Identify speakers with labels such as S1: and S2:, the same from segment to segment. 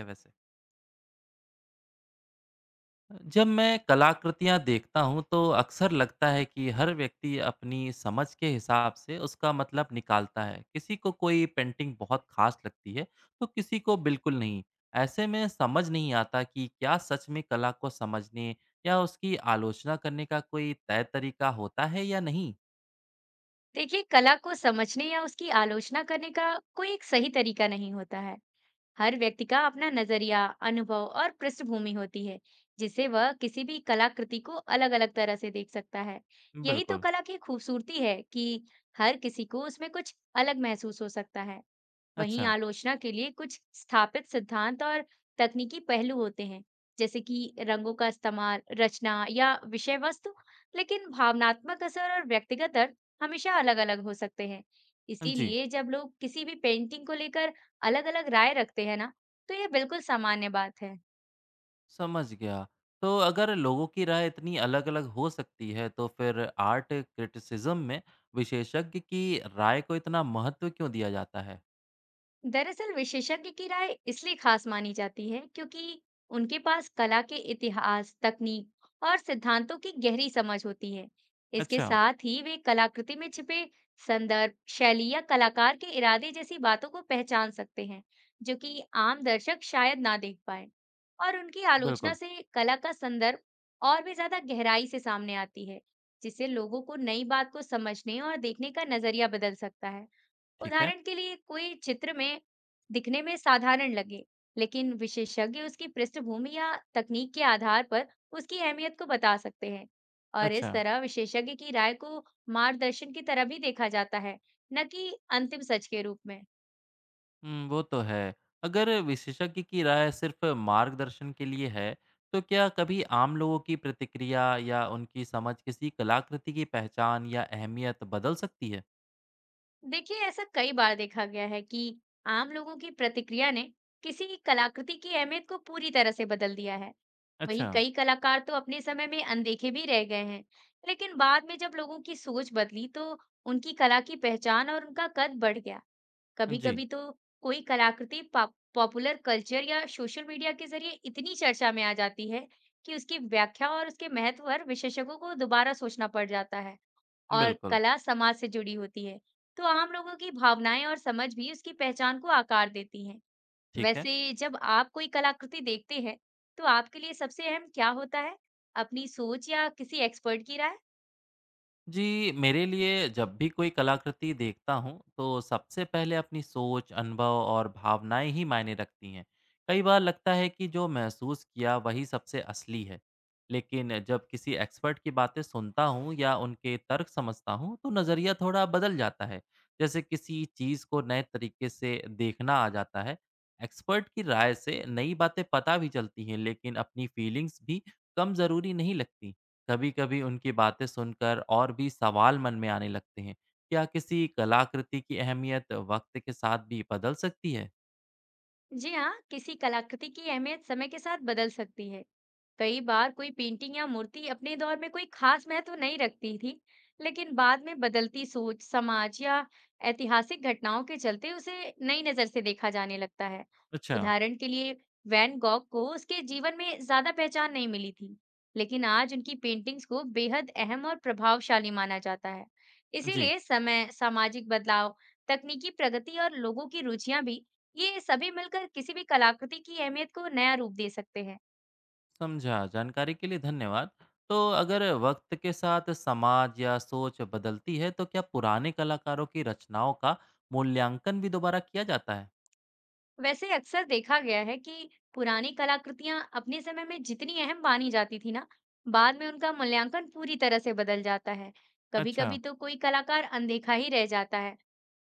S1: है वैसे? जब मैं कलाकृतियाँ देखता हूँ तो अक्सर लगता है कि हर व्यक्ति अपनी समझ के हिसाब से उसका मतलब निकालता है। किसी को कोई पेंटिंग बहुत खास लगती है, तो किसी को बिल्कुल नहीं। ऐसे में समझ नहीं आता कि क्या सच में कला को समझने या उसकी आलोचना करने का कोई तय तरीका होता है या नहीं?
S2: देखिए कला को समझने या उसकी आलोचना करने का कोई एक सही तरीका नहीं होता है। हर व्यक्ति का अपना नजरिया, अनुभव और पृष्ठभूमि होती है, जिससे वह किसी भी कलाकृति को अलग अलग तरह से देख सकता है। यही तो
S1: बिल्कुल।
S2: कला की खूबसूरती है कि हर किसी को उसमें कुछ अलग महसूस हो सकता है। वहीं
S1: अच्छा,
S2: आलोचना के लिए कुछ स्थापित सिद्धांत और तकनीकी पहलू होते हैं, जैसे कि रंगों का इस्तेमाल, रचना या विषय वस्तु। लेकिन भावनात्मक असर और व्यक्तिगत अर्थ हमेशा अलग-अलग हो सकते हैं।
S1: जी।
S2: इसीलिए जब लोग किसी भी पेंटिंग को लेकर अलग-अलग राय रखते हैं ना, तो यह बिल्कुल सामान्य बात है।
S1: समझ गया। तो अगर लोगों की राय इतनी अलग-अलग हो सकती है तो फिर आर्ट क्रिटिसिज्म में विशेषज्ञ की राय को इतना महत्व क्यों दिया जाता है?
S2: दरअसल विशेषज्ञ की राय इसलिए खास मानी जाती है क्योंकि उनके पास कला के इतिहास, तकनीक और सिद्धांतों की गहरी समझ होती है। इसके
S1: अच्छा,
S2: साथ ही वे कलाकृति में छिपे संदर्भ, शैली या कलाकार के इरादे जैसी बातों को पहचान सकते हैं, जो कि आम दर्शक शायद ना देख पाए। और उनकी आलोचना
S1: बिल्कुल,
S2: से कला का संदर्भ और भी ज्यादा गहराई से सामने आती है, जिससे लोगों को नई बात को समझने और देखने का नजरिया बदल सकता है।
S1: ठीक है।
S2: उदाहरण के लिए कोई चित्र में दिखने में साधारण लगे, लेकिन विशेषज्ञ उसकी पृष्ठभूमि या तकनीक के आधार पर उसकी अहमियत को बता सकते हैं, और
S1: अच्छा,
S2: इस तरह विशेषज्ञ की राय को मार्गदर्शन की तरह भी देखा जाता है, न कि अंतिम सच के रूप में।
S1: वो तो है। अगर विशेषज्ञ की राय सिर्फ़ मार्गदर्शन के लिए है, तो क्या कभी आम लोगों की प्रतिक्रिया या उनकी समझ किसी कलाकृति की पहचान या अहमियत बदल सकती है?
S2: देखिए ऐसा कई बार देखा गया है कि आम लोगों की प्रतिक्रिया ने किसी कलाकृति की अहमियत को पूरी तरह से बदल दिया है। वहीं
S1: अच्छा,
S2: कई कलाकार तो अपने समय में अनदेखे भी रह गए हैं, लेकिन बाद में जब लोगों की सोच बदली, तो उनकी कला की पहचान और उनका कद बढ़ गया। कभी
S1: जी,
S2: कभी तो कोई कलाकृति पॉपुलर कल्चर या सोशल मीडिया के जरिए इतनी चर्चा में आ जाती है कि उसकी व्याख्या और उसके महत्व पर विशेषज्ञों को दोबारा सोचना पड़ जाता है। और
S1: बिल्कुल,
S2: कला समाज से जुड़ी होती है, तो आम लोगों की भावनाएं और समझ भी उसकी पहचान को आकार देती हैं।
S1: ठीक है।
S2: वैसे जब आप कोई कलाकृति देखते हैं, तो आपके लिए सबसे अहम क्या होता है? अपनी सोच या किसी एक्सपर्ट की राय?
S1: जी, मेरे लिए जब भी कोई कलाकृति देखता हूँ, तो सबसे पहले अपनी सोच, अनुभव और भावनाएँ ही मायने रखती हैं। कई बार लगता है कि जो महसूस किया वही सबसे असली है। लेकिन जब किसी एक्सपर्ट की बातें सुनता हूँ या उनके तर्क समझता हूँ, तो नज़रिया थोड़ा बदल जाता है। जैसे किसी चीज़ को नए तरीके से देखना आ जाता है। एक्सपर्ट की राय से नई बातें पता भी चलती हैं, लेकिन अपनी फीलिंग्स भी कम ज़रूरी नहीं लगती। हैं। कभी-कभी उनकी बातें सुनकर और भी सवाल मन में आने लगते हैं। क्या किसी कलाकृति की अहमियत वक़्त के साथ भी बदल सकती है?
S2: जी हाँ, किसी कलाकृति की अहमियत समय के साथ बदल सकती है। कई बार कोई पेंटिंग या मूर्ति अपने दौर में कोई खास महत्व नहीं रखती थी, लेकिन बाद में बदलती सोच, समाज या ऐतिहासिक घटनाओं के चलते उसे नई नजर से देखा जाने लगता है।
S1: अच्छा,
S2: उदाहरण के लिए वैन गॉग को उसके जीवन में ज्यादा पहचान नहीं मिली थी, लेकिन आज उनकी पेंटिंग्स को बेहद अहम और प्रभावशाली माना जाता है।
S1: जी,
S2: इसीलिए समय, सामाजिक बदलाव, तकनीकी प्रगति और लोगों की रुचियां भी, ये सभी मिलकर किसी भी कलाकृति की अहमियत को नया रूप दे सकते हैं।
S1: समझा। जानकारी के लिए धन्यवाद। तो अगर वक़्त के साथ समाज या सोच बदलती है, तो क्या पुराने कलाकारों की रचनाओं का मूल्यांकन भी दोबारा किया जाता है?
S2: वैसे अक्सर देखा गया है कि पुरानी कलाकृतियां अपने समय में जितनी अहम मानी जाती थी ना, बाद में उनका मूल्यांकन पूरी तरह से बदल जाता है।
S1: अच्छा,
S2: कभी-कभी तो कोई कलाकार अनदेखा ही रह जाता है,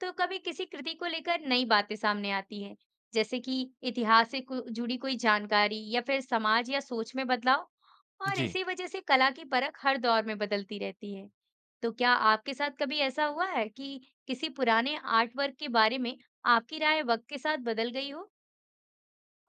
S2: तो कभी किसी कृति को लेकर नई बातें सामने आती हैं, जैसे कि इतिहास से जुड़ी कोई जानकारी या फिर समाज या सोच में बदलाव, और
S1: जी।
S2: इसी वजह से कला की परख हर दौर में बदलती रहती है। तो क्या आपके साथ कभी ऐसा हुआ है कि किसी पुराने आर्ट वर्क के बारे में आपकी राय वक्त के साथ बदल गई हो?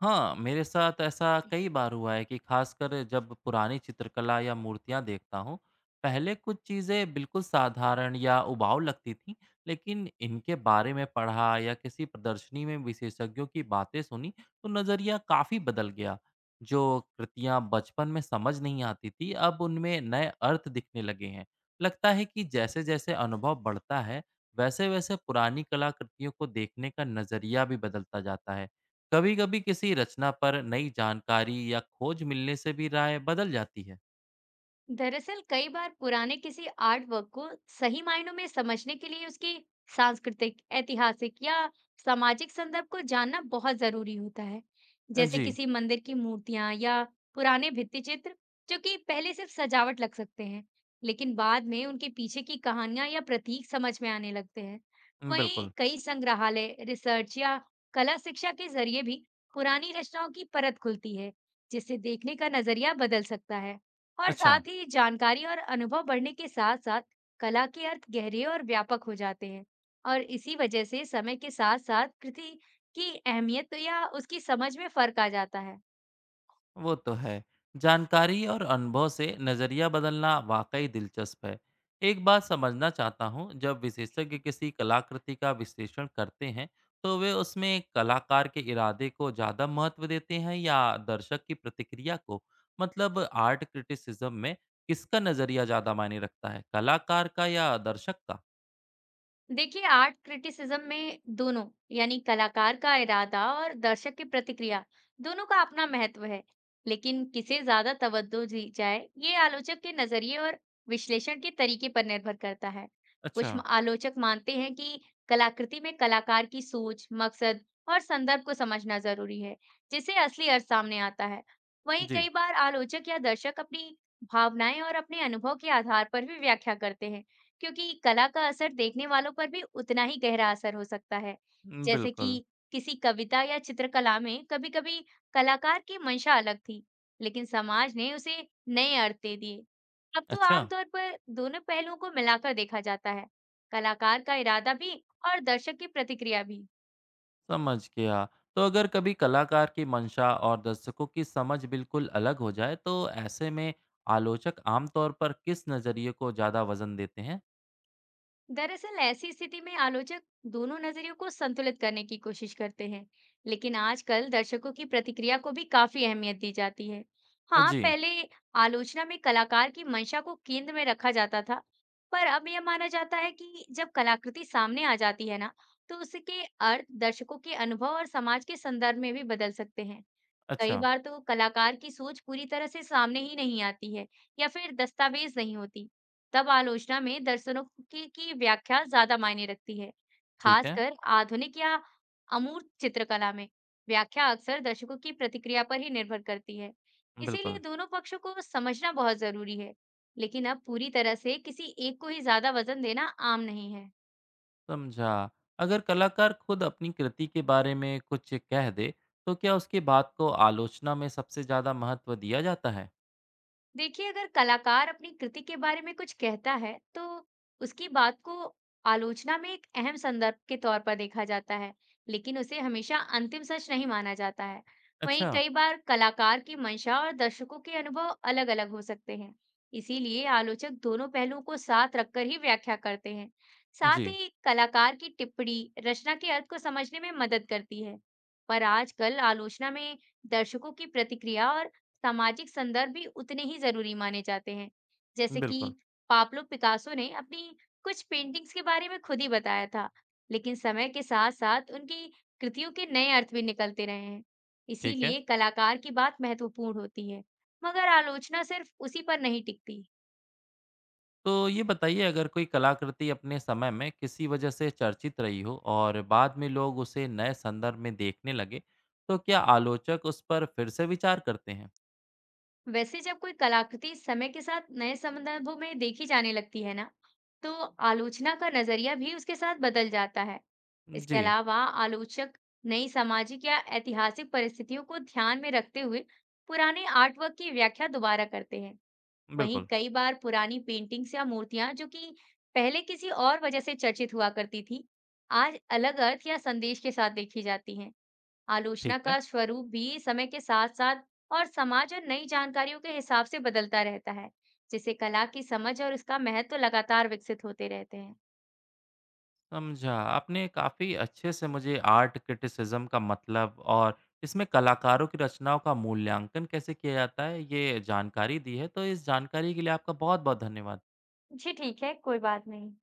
S1: हाँ, मेरे साथ ऐसा कई बार हुआ है कि खासकर जब पुरानी चित्रकला या मूर्तियाँ देखता हूँ, पहले कुछ चीज़ें बिल्कुल साधारण या उबाऊ लगती थीं, लेकिन इनके बारे में पढ़ा या किसी प्रदर्शनी में विशेषज्ञों की बातें सुनी, तो नज़रिया काफ़ी बदल गया। जो कृतियाँ बचपन में समझ नहीं आती थी, अब उनमें नए अर्थ दिखने लगे हैं। लगता है कि जैसे-जैसे अनुभव बढ़ता है, वैसे-वैसे पुरानी कलाकृतियों को देखने का नज़रिया भी बदलता जाता है। कभी-कभी किसी रचना पर नई जानकारी या खोज मिलने से भी राय बदल जाती है।
S2: दरअसल कई बार पुराने किसी आर्ट वर्क को सही मायनों में समझने के लिए उसकी सांस्कृतिक, ऐतिहासिक या सामाजिक संदर्भ को जानना बहुत जरूरी होता है। जैसे
S1: जी।
S2: किसी मंदिर की मूर्तियां या पुराने भित्ति चित्र, जो कि पहले सिर्फ सजावट लग सकते हैं, लेकिन बाद में उनके पीछे की कहानियां या प्रतीक समझ में आने लगते हैं। वहीं
S1: बिल्कुल।
S2: कई संग्रहालय, रिसर्च या कला शिक्षा के जरिए भी पुरानी रचनाओं की परत खुलती है, जिससे देखने का नजरिया बदल सकता है। और
S1: अच्छा।
S2: साथ ही जानकारी और अनुभव बढ़ने के साथ साथ कला के अर्थ गहरे और व्यापक हो जाते हैं, और इसी वजह से समय के साथ साथ कृति की अहमियत या उसकी समझ में फर्क आ जाता है।
S1: वो तो है। जानकारी और अनुभव से नज़रिया बदलना वाकई दिलचस्प है। एक बात समझना चाहता हूँ, जब विशेषज्ञ किसी कलाकृति का विश्लेषण करते हैं तो वे उसमें कलाकार के इरादे को ज़्यादा महत्व देते हैं या दर्शक की प्रतिक्रिया को? मतलब आर्ट क्रिटिसिज्म में किसका नज़रिया ज़्यादा मायने रखता है, कलाकार का या दर्शक का?
S2: देखिए आर्ट क्रिटिसिज्म में दोनों, यानी कलाकार का इरादा और दर्शक की प्रतिक्रिया, दोनों का अपना महत्व है। लेकिन किसे ज्यादा तवज्जो दी जाए, ये आलोचक के नजरिए और विश्लेषण के तरीके पर निर्भर करता है।
S1: अच्छा,
S2: कुछ आलोचक मानते हैं कि कलाकृति में कलाकार की सोच, मकसद और संदर्भ को समझना जरूरी है, जिससे असली अर्थ सामने आता है। वहीं
S1: जी,
S2: कई बार आलोचक या दर्शक अपनी भावनाएं और अपने अनुभव के आधार पर भी व्याख्या करते हैं, क्योंकि कला का असर देखने वालों पर भी उतना ही गहरा असर हो सकता है। जैसे
S1: बिल्कुल।
S2: कि किसी कविता या चित्रकला में कभी-कभी कलाकार की मंशा अलग थी, लेकिन समाज ने उसे नए अर्थ दे दिए। अब तो
S1: अच्छा,
S2: आमतौर पर दोनों पहलुओं को मिलाकर देखा जाता है, कलाकार का इरादा भी और दर्शक की प्रतिक्रिया भी।
S1: समझ गया। तो अगर कभी कलाकार की मंशा और दर्शकों की समझ बिल्कुल अलग हो जाए, तो ऐसे में आलोचक आम तौर पर किस नज़रिए को ज़्यादा वज़न देते हैं?
S2: दरअसल ऐसी स्थिति में आलोचक दोनों नजरियों को संतुलित करने की कोशिश करते हैं, लेकिन आजकल दर्शकों की प्रतिक्रिया को भी काफी अहमियत दी जाती है। हाँ,
S1: जी,
S2: पहले आलोचना में कलाकार की मंशा को केंद्र में रखा जाता था, पर अब यह माना जाता है कि जब कलाकृति सामने आ जाती है ना, तो उसके अर्थ दर्शकों के अनुभव और समाज के संदर्भ में भी बदल सकते हैं। कई
S1: अच्छा,
S2: बार तो कलाकार की सोच पूरी तरह से सामने ही नहीं आती है या फिर दस्तावेज नहीं होती। तब आलोचना में दर्शनों की व्याख्या ज्यादा मायने रखती है।
S1: ठीक है,
S2: खासकर आधुनिक या अमूर्त चित्रकला में व्याख्या अक्सर दर्शकों की प्रतिक्रिया पर ही निर्भर करती है।
S1: बिल्कुल,
S2: इसीलिए दोनों पक्षों को समझना बहुत जरूरी है। लेकिन अब पूरी तरह से किसी एक को ही ज्यादा वजन देना आम नहीं है।
S1: समझा। अगर कलाकार खुद अपनी कृति के बारे में कुछ कह दे, तो क्या उसकी बात को आलोचना में सबसे ज़्यादा महत्व दिया जाता है?
S2: देखिए अगर कलाकार अपनी कृति के बारे में कुछ कहता है, तो उसकी बात को आलोचना में एक अहम संदर्भ के तौर पर देखा जाता है, लेकिन उसे हमेशा अंतिम सच नहीं माना जाता है। वहीं
S1: अच्छा,
S2: कई बार कलाकार की मंशा और दर्शकों के अनुभव अलग-अलग हो सकते हैं, इसीलिए आलोचक दोनों पहलुओं को साथ रखकर ही व्याख्या करते हैं। साथ
S1: जी,
S2: ही कलाकार की टिप्पणी रचना के अर्थ को समझने में मदद करती है, पर आजकल आलोचना में दर्शकों की प्रतिक्रिया और सामाजिक संदर्भ भी उतने ही जरूरी माने जाते हैं। जैसे कि
S1: बिल्कुल,
S2: पाब्लो पिकासो ने अपनी कुछ पेंटिंग्स के बारे में खुद ही बताया था, लेकिन समय के साथ साथ उनकी कृतियों के नए अर्थ भी निकलते रहे हैं।
S1: ठीक है।
S2: इसीलिए कलाकार की बात महत्वपूर्ण होती है, मगर आलोचना सिर्फ उसी पर नहीं टिकती।
S1: तो ये बताइए, अगर कोई कलाकृति अपने समय में किसी वजह से चर्चित रही हो और बाद में लोग उसे नए संदर्भ में देखने लगे, तो क्या आलोचक उस पर फिर से विचार करते हैं?
S2: वैसे जब कोई कलाकृति समय के साथ नए संदर्भों में देखी जाने लगती है ना, तो आलोचना का नजरिया भी उसके साथ बदल जाता है। इसके
S1: जी,
S2: अलावा आलोचक नई सामाजिक या ऐतिहासिक परिस्थितियों को ध्यान में रखते हुए पुराने आर्टवर्क की व्याख्या दोबारा करते हैं। वहीं
S1: बिल्कुल,
S2: कई बार पुरानी पेंटिंग्स या मूर्तियां जो कि पहले किसी और वजह से चर्चित हुआ करती थी, आज अलग अर्थ या संदेश के साथ देखी जाती हैं।
S1: ठीक
S2: आलोचना
S1: है,
S2: का स्वरूप भी समय के साथ साथ और समाज और नई जानकारियों के हिसाब से बदलता रहता है, जिससे कला की समझ और उसका महत्व लगातार विकसित होते रहते हैं।
S1: समझा। आपने काफ़ी अच्छे से मुझे आर्ट क्रिटिसिज्म का मतलब और इसमें कलाकारों की रचनाओं का मूल्यांकन कैसे किया जाता है, ये जानकारी दी है। तो इस जानकारी के लिए आपका बहुत-बहुत धन्यवाद।
S2: जी ठीक है, कोई बात नहीं।